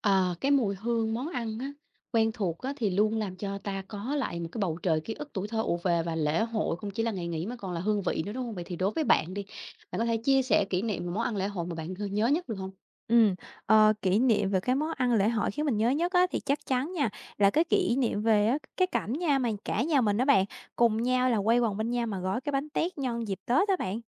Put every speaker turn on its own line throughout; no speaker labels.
Ờ, cái mùi hương món ăn á, quen thuộc á, thì luôn làm cho ta có lại một cái bầu trời ký ức tuổi thơ ùa về và lễ hội không chỉ là ngày nghỉ mà còn là hương vị nữa, đúng không? Vậy thì đối với bạn đi, bạn có thể chia sẻ kỷ niệm về món ăn lễ hội mà bạn nhớ nhất được không?
Ừm, Kỷ niệm về cái món ăn lễ hội khiến mình nhớ nhất á, thì chắc chắn nha, là cái kỷ niệm về á, cái cảnh nha, mà cả nhà mình á bạn, cùng nhau là quay quần bên nhau mà gói cái bánh tét nhân dịp Tết đó bạn.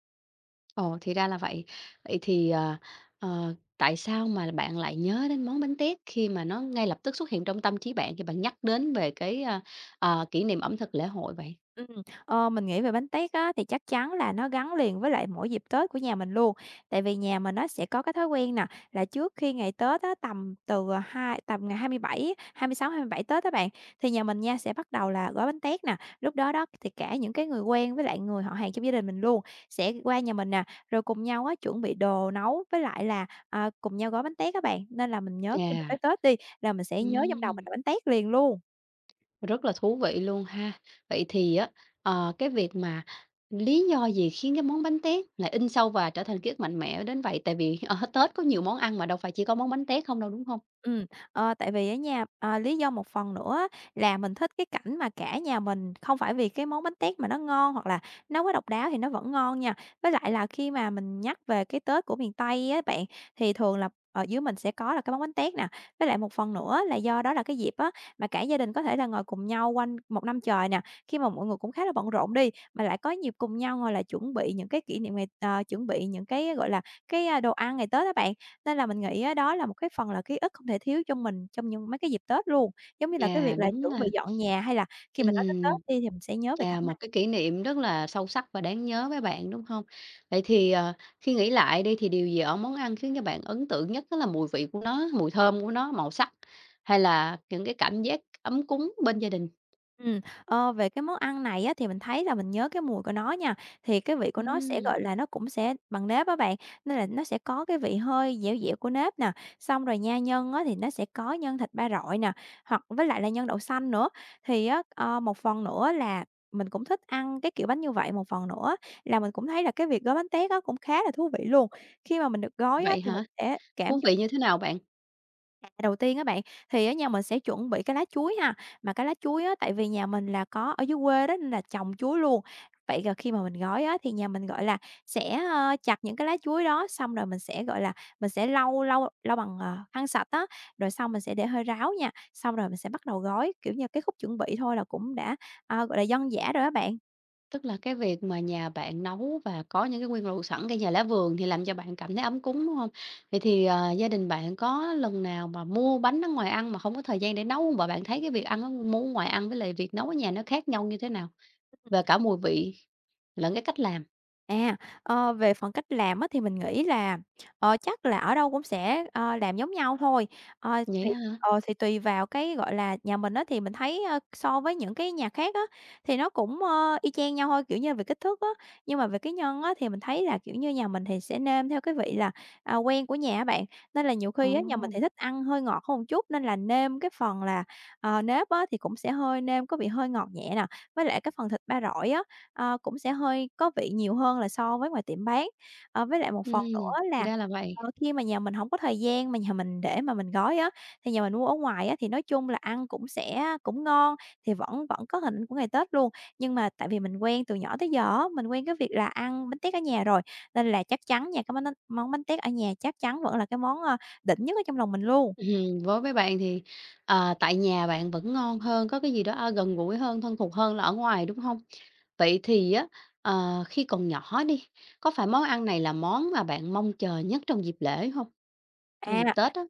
Ồ, thì ra là vậy. Vậy thì tại sao mà bạn lại nhớ đến món bánh tét khi mà nó ngay lập tức xuất hiện trong tâm trí bạn khi bạn nhắc đến về kỷ niệm ẩm thực lễ hội vậy?
Ừm, mình nghĩ về bánh tét á, thì chắc chắn là nó gắn liền với lại mỗi dịp Tết của nhà mình luôn. Tại vì nhà mình nó sẽ có cái thói quen nè, là trước khi ngày Tết á, tầm từ hai tầm ngày hai hai mươi mươi bảy, 26, 27 Tết các bạn, thì nhà mình nha sẽ bắt đầu là gói bánh tét nè. Lúc đó đó thì cả những cái người quen với lại người họ hàng trong gia đình mình luôn, sẽ qua nhà mình nè, rồi cùng nhau á, chuẩn bị đồ nấu với lại là, à, cùng nhau gói bánh tét các bạn. Nên là mình nhớ khi mà
Chà,
tới Tết đi, là mình sẽ nhớ trong đầu mình
ừm.
là bánh tét liền luôn.
Rất là thú vị luôn ha. Vậy thì á, cái việc mà lý do gì khiến cái món bánh tét lại in sâu và trở thành ký ức mạnh mẽ đến vậy? Tại vì ở Tết có nhiều món ăn mà đâu phải chỉ có món bánh tét không đâu, đúng không?
Ừm, Tại vì á nha, lý do một phần nữa á là mình thích cái cảnh mà cả nhà mình không phải vì cái món bánh tét mà nó ngon hoặc là nó quá độc đáo thì nó vẫn ngon nha. Với lại là khi mà mình nhắc về cái Tết của miền Tây á bạn, thì thường là ở dưới mình sẽ có là cái món bánh tét nè. Với lại một phần nữa là do đó là cái dịp á, mà cả gia đình có thể là ngồi cùng nhau quanh một năm trời nè, khi mà mọi người cũng khá là bận rộn đi, mà lại có dịp cùng nhau ngồi là chuẩn bị những cái kỷ niệm ngày chuẩn bị những cái, gọi là, cái, a, đồ ăn ngày Tết đó bạn. Nên là mình nghĩ á, đó là một cái phần là ký ức không thể thiếu trong mình trong những mấy cái dịp Tết luôn, giống như là cái việc
Chà,
là
đúng
chuẩn bị
là
dọn nhà, hay là khi mình nói tới
ừm,
Tết đi thì mình sẽ nhớ về
chà,
cảnh.
một cái kỷ niệm rất là sâu sắc và đáng nhớ với bạn, đúng không? Vậy thì, khi nghĩ lại đi thì điều gì ở món ăn khiến cho bạn ấn tượng nhất? Đó là mùi vị của nó, mùi thơm của nó, màu sắc, hay là những cái cảm giác ấm cúng bên gia đình?
Ừm, Về cái món ăn này á, thì mình thấy là mình nhớ cái mùi của nó nha, thì cái vị của nó sẽ,
Ừm,
gọi là, nó cũng sẽ bằng nếp á bạn, nên là nó sẽ có cái vị hơi dẻo dẻo của nếp nè, xong rồi nha, nhân á, thì nó sẽ có nhân thịt ba rọi nè, hoặc với lại là nhân đậu xanh nữa. Thì á, một phần nữa là mình cũng thích ăn cái kiểu bánh như vậy, một phần nữa là mình cũng thấy là cái việc gói bánh tét á, cũng khá là thú vị luôn. Khi mà mình được gói á,
vậy
thì
hả?
mình sẽ cảm
Thú
nhận.
vị như thế nào bạn?
À, đầu tiên á bạn, thì ở nhà mình sẽ chuẩn bị cái lá chuối ha, mà cái lá chuối á, tại vì nhà mình là có ở dưới quê đó nên là trồng chuối luôn. Vậy là khi mà mình gói á, thì nhà mình, gọi là, sẽ, ơ, chặt những cái lá chuối đó, xong rồi mình sẽ, gọi là, mình sẽ lau lau lau bằng, khăn sạch á, rồi xong mình sẽ để hơi ráo nha, xong rồi mình sẽ bắt đầu gói. Kiểu như, cái khúc chuẩn bị thôi là cũng đã, à, gọi là, dân dã rồi á bạn.
Tức là cái việc mà nhà bạn nấu và có những cái nguyên liệu sẵn cây nhà lá vườn thì làm cho bạn cảm thấy ấm cúng, đúng không? Vậy thì, gia đình bạn có lần nào mà mua bánh ở ngoài ăn mà không có thời gian để nấu hông? Và bạn thấy cái việc ăn ở mua ngoài ăn với lại việc nấu ở nhà nó khác nhau như thế nào? Và cả mùi vị lẫn cái cách làm.
À, Về phần cách làm á thì mình nghĩ là, chắc là ở đâu cũng sẽ, làm giống nhau thôi. Ờ,
Vậy
thì
á hả?
thì tùy vào cái, gọi là, nhà mình á thì mình thấy, ơ, so với những cái nhà khác á, thì nó cũng, ơ, y chang nhau thôi, kiểu như, về kích thước á. Nhưng mà về cái nhân á thì mình thấy là, kiểu như, nhà mình thì sẽ nêm theo cái vị là, à, quen của nhà á bạn, nên là nhiều
Ồ,
khi á nhà mình thì thích ăn hơi ngọt hơn một chút nên là nêm cái phần là, nếp á thì cũng sẽ hơi nêm có vị hơi ngọt nhẹ nè, với lại cái phần thịt ba rọi á cũng sẽ hơi có vị nhiều hơn là so với ngoài tiệm bán. Với lại một phần nữa
thì
là,
ra là vậy.
khi mà nhà mình hổng có thời gian mà nhà mình để mà mình gói á, thì nhà mình mua ở ngoài á, thì nói chung là ăn cũng sẽ cũng ngon, thì vẫn vẫn có hình ảnh của ngày Tết luôn. Nhưng mà tại vì mình quen từ nhỏ tới giờ á, mình quen cái việc là ăn bánh tét ở nhà rồi, nên là chắc chắn nha, cái món bánh tét ở nhà chắc chắn vẫn là cái món, ơ, đỉnh nhất ở trong lòng mình luôn.
Ừm, với bạn thì, tại nhà bạn vẫn ngon hơn, có cái gì đó, a, gần gũi hơn, thân thuộc hơn là ở ngoài, đúng không? Vậy thì á, khi còn nhỏ đi, có phải món ăn này là món mà bạn mong chờ nhất trong dịp lễ hông? Trong dịp
À,
Tết á?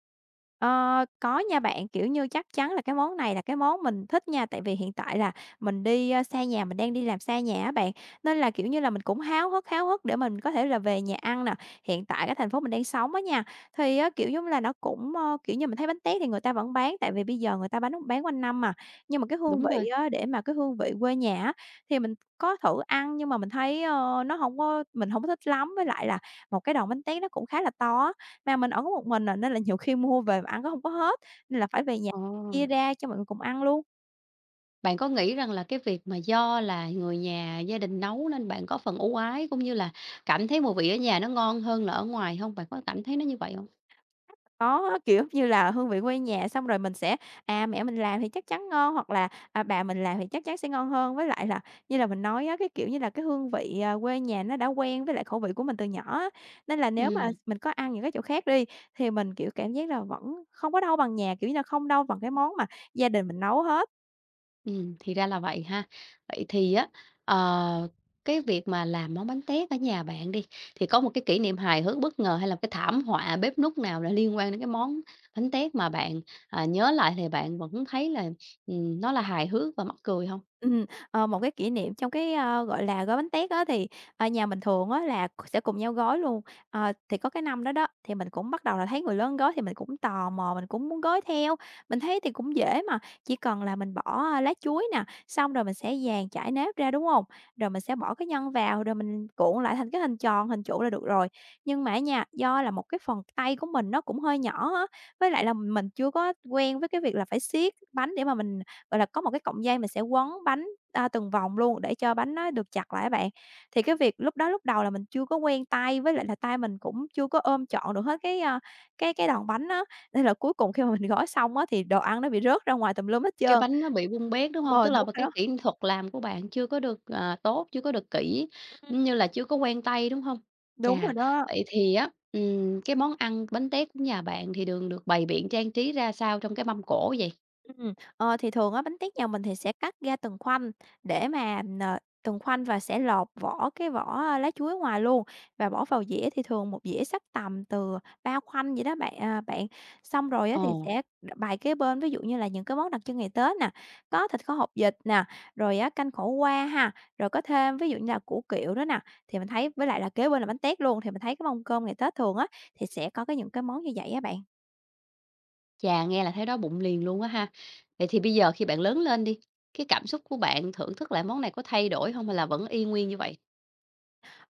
ờ, có nha bạn, kiểu như, chắc chắn là cái món này là cái món mình thích nha, tại vì hiện tại là mình đi, ơ, xa nhà, mình đang đi làm xa nhà á bạn, nên là, kiểu như là, mình cũng háo hức để mình có thể là về nhà ăn nè. Hiện tại cái thành phố mình đang sống á nha, thì á, kiểu giống là, nó cũng, ơ, kiểu như, mình thấy bánh tét thì người ta vẫn bán, tại vì bây giờ người ta bán quanh năm mà, nhưng mà cái hương
Đúng
vị
rồi.
á, để mà cái hương vị quê nhà á, thì mình có thử ăn nhưng mà mình thấy, ơ, nó không có mình không có thích lắm, với lại là một cái đòn bánh tét nó cũng khá là to á. Mà mình ở có một mình à, nên là nhiều khi mua về mà ăn cũng hông có hết, nên là phải về nhà
Ờ,
chia ra cho mọi người cùng ăn luôn.
bạn có nghĩ rằng là cái việc mà do là người nhà, gia đình nấu nên bạn có phần ưu ái, cũng như là cảm thấy mùi vị ở nhà nó ngon hơn là ở ngoài hông? Bạn có cảm thấy nó như vậy hông?
Có, kiểu, như là hương vị quê nhà, xong rồi mình sẽ, à, mẹ mình làm thì chắc chắn ngon, hoặc là, à, bà mình làm thì chắc chắn sẽ ngon hơn. Với lại là như là mình nói á, cái, kiểu như là, cái hương vị, à, quê nhà nó đã quen với lại khẩu vị của mình từ nhỏ á, nên là nếu mà
Ừm.
mình có ăn những cái chỗ khác đi, thì mình, kiểu, cảm giác là vẫn không có đâu bằng nhà, kiểu như là, không đâu bằng cái món mà gia đình mình nấu hết.
Thì ra là vậy ha. Vậy thì á, ờ, cái việc mà làm món bánh tét ở nhà bạn đi, thì có một cái kỷ niệm hài hước bất ngờ hay là cái thảm họa bếp núc nào là liên quan đến cái món bánh tét mà bạn, à, nhớ lại thì bạn vẫn thấy là, nó là hài hước và mắc cười không?
Ừm, Một cái kỷ niệm trong cái, ơ, gọi là, gói bánh tét á thì, nhà mình thường á là c sẽ cùng nhau gói luôn. Thì có cái năm đó đó, thì mình cũng bắt đầu là thấy người lớn gói thì mình cũng tò mò, mình cũng muốn gói theo. Mình thấy thì cũng dễ mà, chỉ cần là mình bỏ lá chuối nè, xong rồi mình sẽ dàn chải nếp ra, đúng hông? Rồi mình sẽ bỏ cái nhân vào, rồi mình cuộn lại thành cái hình tròn, hình trụ là được rồi. Nhưng mà á nha, do là một cái phần tay của mình nó cũng hơi nhỏ á, với lại là mình chưa có quen với cái việc là phải siết bánh để mà mình. Gọi là, có một cái cọng dây mình sẽ quấn bánh, a, từng vòng luôn để cho bánh nó được chặt lại á bạn. Thì cái việc lúc đầu là mình chưa có quen tay, với lại là tay mình cũng chưa có ôm trọn được hết cái, a, cái đòn bánh á, nên là cuối cùng khi mà mình gói xong á thì đồ ăn nó bị rớt ra ngoài tùm lum hết
Cái
trơn.
bánh nó bị bung bét, đúng hông? Tức
Ờ,
là b
Đúng rồi
cái
đó.
kỹ thuật làm của bạn chưa có được, ờ, tốt, chưa có được kỹ,
Ừm,
cũng như là chưa có quen tay, đúng hông?
Đúng rồi
Chà,
đó.
vậy thì á, cái món ăn bánh tét của nhà bạn thì đường được bày biện trang trí ra sao trong cái mâm cỗ vậy?
Ờ, thì thường á bánh tét nhà mình thì sẽ cắt ra từng khoanh để mà, từng khoanh và sẽ lột vỏ cái vỏ à, lá chuối ngoài luôn và bỏ vào dĩa thì thường một dĩa xách tầm từ 3 khoanh vậy đó bạn, à, bạn. Xong rồi á thì
Ồ,
sẽ bày kế bên, ví dụ như là những cái món đặc trưng ngày Tết nè, có thịt kho hột vịt nè, rồi á canh khổ qua ha, rồi có thêm ví dụ như là củ kiệu đó nè, thì mình thấy với lại là kế bên là bánh tét luôn, thì mình thấy cái mâm cơm ngày Tết thường á, thì sẽ có cái những cái món như vậy á bạn.
chà, nghe là thấy đói bụng liền luôn á ha. Vậy thì bây giờ khi bạn lớn lên đi, cái cảm xúc của bạn thưởng thức lại món này có thay đổi hông hay là vẫn y nguyên như vậy?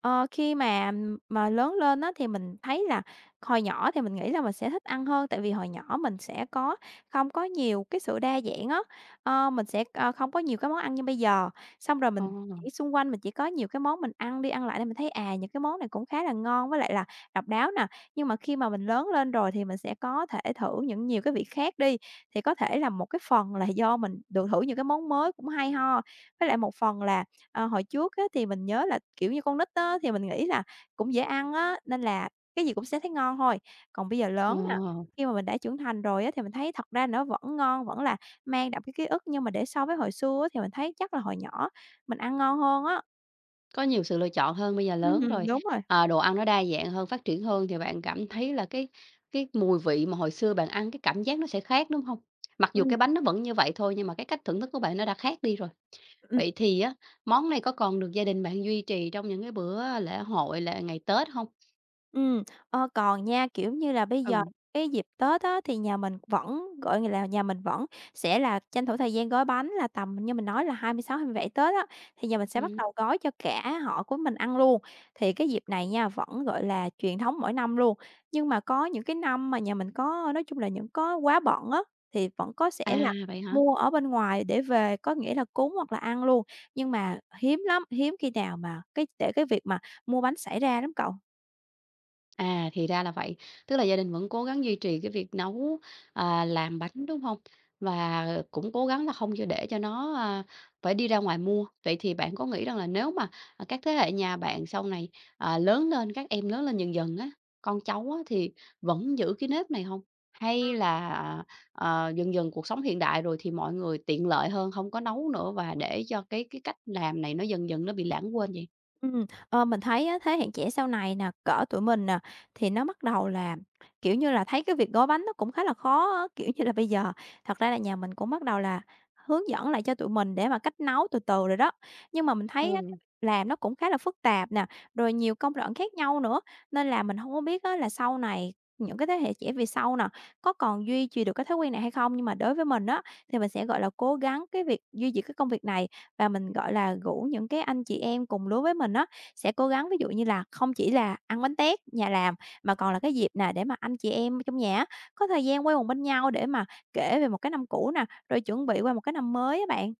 Ờ, Khi mà lớn lên á, thì mình thấy là hồi nhỏ thì mình nghĩ là mình sẽ thích ăn hơn, tại vì hồi nhỏ mình sẽ có không có nhiều cái sự đa dạng á, mình sẽ, không có nhiều cái món ăn như bây giờ. Xong rồi
Ồ,
mình chỉ xung quanh mình chỉ có nhiều cái món mình ăn đi ăn lại nên mình thấy, à, những cái món này cũng khá là ngon với lại là độc đáo nè. Nhưng mà khi mà mình lớn lên rồi thì mình sẽ có thể thử những nhiều cái vị khác đi, thì có thể là một cái phần là do mình được thử những cái món mới cũng hay ho, với lại một phần là hồi trước á, thì mình nhớ là, kiểu như, con nít á, thì mình nghĩ là cũng dễ ăn á, nên là cái gì cũng sẽ thấy ngon thôi. Còn bây giờ
ờ.
lớn nè, khi mà mình đã trưởng thành rồi á, thì mình thấy thật ra nó vẫn ngon, vẫn là mang đậm cái ký ức, nhưng mà để so với hồi xưa á, thì mình thấy chắc là hồi nhỏ mình ăn ngon hơn á.
Có nhiều sự lựa chọn hơn, bây giờ lớn rồi,
Đúng rồi.
ờ, đồ ăn nó đa dạng hơn, phát triển hơn thì bạn cảm thấy là cái mùi vị mà hồi xưa bạn ăn cái cảm giác nó sẽ khác, đúng không? Mặc dù
Ừm.
cái bánh nó vẫn như vậy thôi nhưng mà cái cách thưởng thức của bạn nó đã khác đi rồi.
Ừm.
Vậy thì á, món này có còn được gia đình bạn duy trì trong những cái bữa lễ hội, là ngày Tết không?
Ừm, còn nha, kiểu như là, bây giờ
Ừ.
cái dịp Tết á, thì nhà mình vẫn, gọi là, nhà mình vẫn sẽ là tranh thủ thời gian gói bánh là tầm như mình nói là 26, 27 Tết á, thì nhà mình sẽ bắt
Ừm,
đầu gói cho cả họ của mình ăn luôn. Thì cái dịp này nha, vẫn, gọi là, truyền thống mỗi năm luôn, nhưng mà có những cái năm mà nhà mình có nói chung là những có quá bận á, thì vẫn có sẽ
à,
là
vậy hả?
mua ở bên ngoài để về, có nghĩa là cúng hoặc là ăn luôn, nhưng mà hiếm lắm, hiếm khi nào mà cái để cái việc mà mua bánh xảy ra lắm cậu.
À, thì ra là vậy. Tức là gia đình vẫn cố gắng duy trì cái việc nấu, à, làm bánh, đúng không? Và cũng cố gắng là không cho để cho nó, à, phải đi ra ngoài mua. Vậy thì bạn có nghĩ rằng là nếu mà, à, các thế hệ nhà bạn sau này, à, lớn lên, các em lớn lên dần dần á, con cháu á, thì vẫn giữ cái nếp này không? Hay là, dần dần cuộc sống hiện đại rồi thì mọi người tiện lợi hơn, không có nấu nữa và để cho cái cách làm này nó dần dần nó bị lãng quên vậy?
Ờ, mình thấy á, thế hệ trẻ sau này nè, cỡ tụi mình nè, thì nó bắt đầu là, kiểu như là, thấy cái việc gói bánh nó cũng khá là khó á. Kiểu như là, bây giờ thật ra là nhà mình cũng bắt đầu là hướng dẫn lại cho tụi mình để mà cách nấu từ từ rồi đó. Nhưng mà mình thấy á,
Ừ.
cái việc làm nó cũng khá là phức tạp nè, rồi nhiều công đoạn khác nhau nữa, nên là mình không có biết á, là sau này những cái thế hệ trẻ về sau nè, có còn duy trì được cái thói quen này hay không? Nhưng mà đối với mình á, thì mình sẽ, gọi là, cố gắng cái việc duy trì cái công việc này và mình, gọi là, rủ những cái anh chị em cùng lứa với mình á, sẽ cố gắng ví dụ như là không chỉ là ăn bánh tét nhà làm, mà còn là cái dịp nè để mà anh chị em trong nhà á, có thời gian quây quần bên nhau để mà kể về một cái năm cũ nè, rồi chuẩn bị qua một cái năm mới á bạn.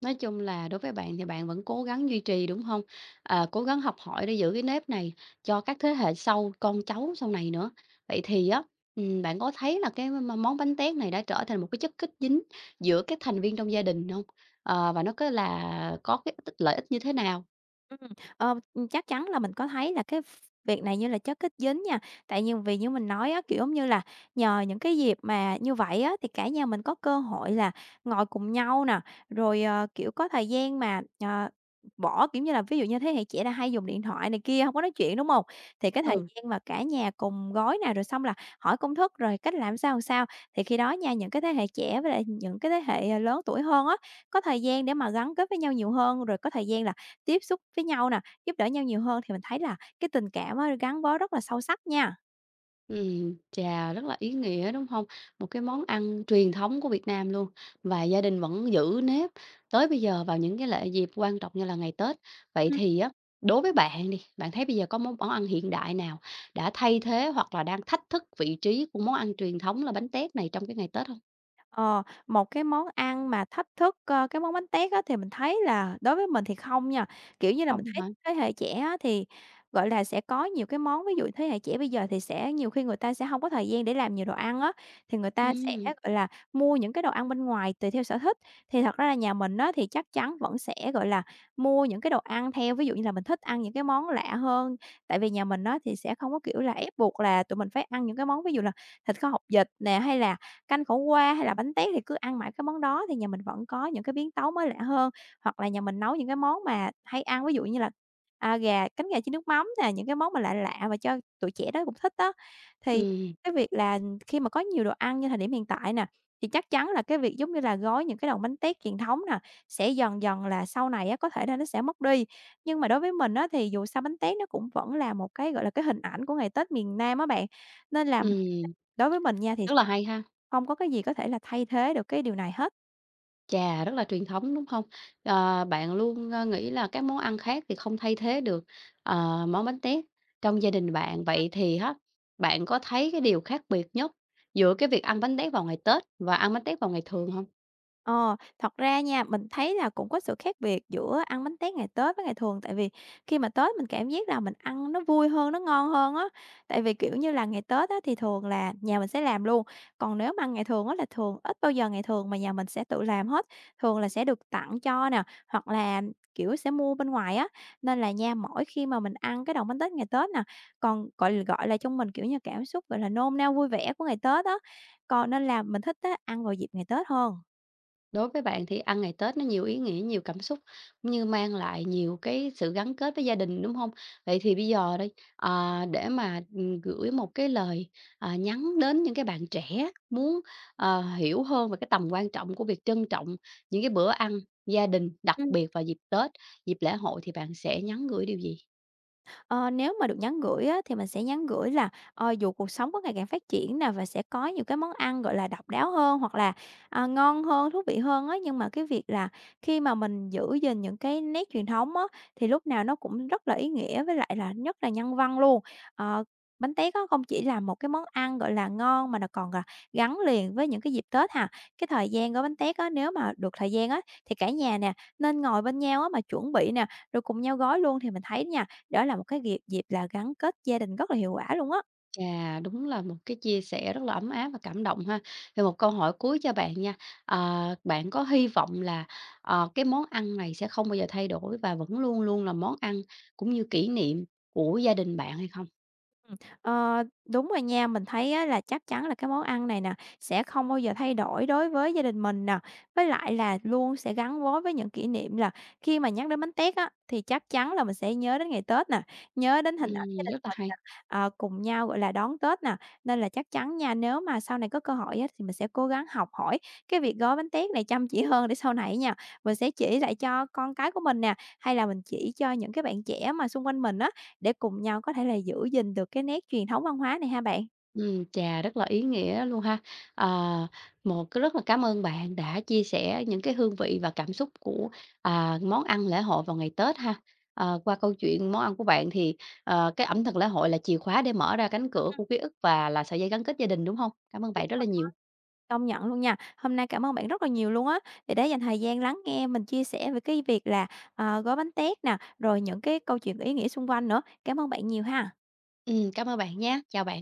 Nói chung là đối với bạn thì bạn vẫn cố gắng duy trì, đúng không? Ờ, cố gắng học hỏi để giữ cái nếp này cho các thế hệ sau, con cháu sau này nữa. Vậy thì á, bạn có thấy là cái m món bánh tét này đã trở thành một cái chất kết dính giữa các thành viên trong gia đình không? Ờ, và nó có là có cái tích lợi ích như thế nào?
Ừm, chắc chắn là mình có thấy là cái ph việc này như là chất kích dính nha. Tại nhưng vì như mình nói á, kiểu, giống như là nhờ những cái dịp mà như vậy á, thì cả nhà mình có cơ hội là ngồi cùng nhau nè, rồi, kiểu, có thời gian mà, bỏ kiểu như là, ví dụ như thế hệ trẻ là hay dùng điện thoại này kia, không có nói chuyện, đúng không? Thì cái thời
Ừ.
gian mà cả nhà cùng gói nè, rồi xong là hỏi công thức, rồi cách làm sao, thì khi đó nha, những cái thế hệ trẻ với lại những cái thế hệ, à, lớn tuổi hơn á, có thời gian để mà gắn kết với nhau nhiều hơn, rồi có thời gian là tiếp xúc với nhau nè, giúp đỡ nhau nhiều hơn thì mình thấy là cái tình cảm á gắn bó rất là sâu sắc nha.
Chà, rất là ý nghĩa, đúng không? Một cái món ăn truyền thống của Việt Nam luôn và gia đình vẫn giữ nếp tới bây giờ vào những cái lễ dịp quan trọng như là ngày Tết. Vậy thì á, đối với bạn đi, bạn thấy bây giờ có món món ăn hiện đại nào đã thay thế hoặc là đang thách thức vị trí của món ăn truyền thống là bánh tét này trong cái ngày Tết không?
Ờ, một cái món ăn mà thách thức, ơ, cái món bánh tét á, thì mình thấy là đối với mình thì không nha. Kiểu như là,
Không
mình thấy
hả?
thế hệ trẻ á, thì, gọi là, sẽ có nhiều cái món, ví dụ thế hệ trẻ bây giờ thì sẽ nhiều khi người ta sẽ không có thời gian để làm nhiều đồ ăn á, thì người ta sẽ,
Ừm,
gọi là, mua những cái đồ ăn bên ngoài tùy theo sở thích. Thì thật ra là nhà mình á, thì chắc chắn vẫn sẽ, gọi là, mua những cái đồ ăn theo ví dụ như là mình thích ăn những cái món lạ hơn, tại vì nhà mình á, thì sẽ không có, kiểu là, ép buộc là tụi mình phải ăn những cái món ví dụ là thịt kho hột vịt nè, hay là canh khổ qua hay là bánh tét thì cứ ăn mãi cái món đó thì nhà mình vẫn có những cái biến tấu mới lạ hơn. Hoặc là nhà mình nấu những cái món mà hay ăn, ví dụ như là, à, gà cánh gà chiên nước mắm nè, những cái món mà lạ lạ mà cho tụi trẻ đó cũng thích đó. Thì
ừm,
cái việc là khi mà có nhiều đồ ăn như thời điểm hiện tại nè, thì chắc chắn là cái việc giống như là gói những cái đòn bánh tét truyền thống nè, sẽ dần dần là sau này á, có thể là nó sẽ mất đi. Nhưng mà đối với mình á, thì dù sao bánh tét nó cũng vẫn là một cái, gọi là, cái hình ảnh của ngày Tết miền Nam á bạn, nên là
ừm,
đối với mình nha thì
rất là hay ha.
không có cái gì có thể là thay thế được cái điều này hết.
Chà, rất là truyền thống, đúng không? Ờ, bạn luôn, ơ, nghĩ là các món ăn khác thì không thay thế được, ờ, món bánh tét trong gia đình bạn. Vậy thì á, bạn có thấy cái điều khác biệt nhất giữa cái việc ăn bánh tét vào ngày Tết và ăn bánh tét vào ngày thường không?
Ờ, thật ra nha, mình thấy là cũng có sự khác biệt giữa ăn bánh tét ngày Tết với ngày thường, tại vì khi mà Tết mình cảm giác là mình ăn nó vui hơn, nó ngon hơn á. Tại vì, kiểu như là, ngày Tết á thì thường là nhà mình sẽ làm luôn, còn nếu mà ăn ngày thường á là thường ít bao giờ ngày thường mà nhà mình sẽ tự làm hết, thường là sẽ được tặng cho nè, hoặc là, kiểu, sẽ mua bên ngoài á. Nên là nha, mỗi khi mà mình ăn cái đòn bánh tét ngày Tết nè, còn, gọi gọi là, trong mình, kiểu như, cảm xúc, gọi là, nôn nao vui vẻ của ngày Tết á, còn nên là mình thích á ăn vào dịp ngày Tết hơn.
Đối với bạn thì ăn ngày Tết nó nhiều ý nghĩa, nhiều cảm xúc, cũng như mang lại nhiều cái sự gắn kết với gia đình, đúng không? Vậy thì bây giờ đây, để mà, gửi một cái lời, à, nhắn đến những cái bạn trẻ muốn, ờ, hiểu hơn về cái tầm quan trọng của việc trân trọng những cái bữa ăn gia đình, đặc
Ừ.
biệt vào dịp Tết, dịp lễ hội thì bạn sẽ nhắn gửi điều gì?
Ờ, nếu mà được nhắn gửi á, thì mình sẽ nhắn gửi là, dù cuộc sống có ngày càng phát triển nè và sẽ có nhiều cái món ăn, gọi là, độc đáo hơn hoặc là, à, ngon hơn, thú vị hơn á, nhưng mà cái việc là khi mà mình giữ gìn những cái nét truyền thống á, thì lúc nào nó cũng rất là ý nghĩa với lại là nhất là nhân văn luôn. Ờ, bánh tét á, không chỉ là một cái món ăn, gọi là, ngon mà nó còn, à, gắn liền với những cái dịp Tết ha. Cái thời gian gói bánh tét á, nếu mà được thời gian á, thì cả nhà nè, nên ngồi bên nhau á, mà chuẩn bị nè, rồi cùng nhau gói luôn thì mình thấy nha đó là một cái dịp dịp là gắn kết gia đình rất là hiệu quả luôn á.
Chà, đúng là một cái chia sẻ rất là ấm áp và cảm động ha. Thì một câu hỏi cuối cho bạn nha. Bạn có hy vọng là, ờ, cái món ăn này sẽ không bao giờ thay đổi và vẫn luôn luôn là món ăn cũng như kỷ niệm của gia đình bạn hay không?
Ừm, đúng rồi nha, mình thấy á là chắc chắn là cái món ăn này nè, sẽ không bao giờ thay đổi đối với gia đình mình nè. Với lại là luôn sẽ gắn bó với những kỷ niệm là khi mà nhắc đến bánh tét á, thì chắc chắn là mình sẽ nhớ đến ngày Tết nè, nhớ đến hình ảnh gia đình
Rất là
mình nè,
hay.
ờ, cùng nhau, gọi là, đón Tết nè. Nên là chắc chắn nha, nếu mà sau này có cơ hội á, thì mình sẽ cố gắng học hỏi cái việc gói bánh tét này chăm chỉ hơn để sau này nha, mình sẽ chỉ lại cho con cái của mình nè, hay là mình chỉ cho những cái bạn trẻ mà xung quanh mình á, để cùng nhau có thể là giữ gìn được cái nét truyền thống văn hóa này ha bạn.
Ừ chà, rất là ý nghĩa luôn ha. Ờ, một cái rất là cảm ơn bạn đã chia sẻ những cái hương vị và cảm xúc của, à, món ăn lễ hội vào ngày Tết ha. Qua câu chuyện món ăn của bạn thì, ờ, cái ẩm thực lễ hội là chìa khóa để mở ra cánh cửa của ký ức và là sợi dây gắn kết gia đình, đúng không? Cảm ơn bạn rất là nhiều.
Công nhận luôn nha. Hôm nay cảm ơn bạn rất là nhiều luôn á, vì đã dành thời gian lắng nghe mình chia sẻ về cái việc là, ờ, gói bánh tét nè, rồi những cái câu chuyện ý nghĩa xung quanh nữa. Cảm ơn bạn nhiều ha.
Cảm ơn bạn nhé. Chào bạn.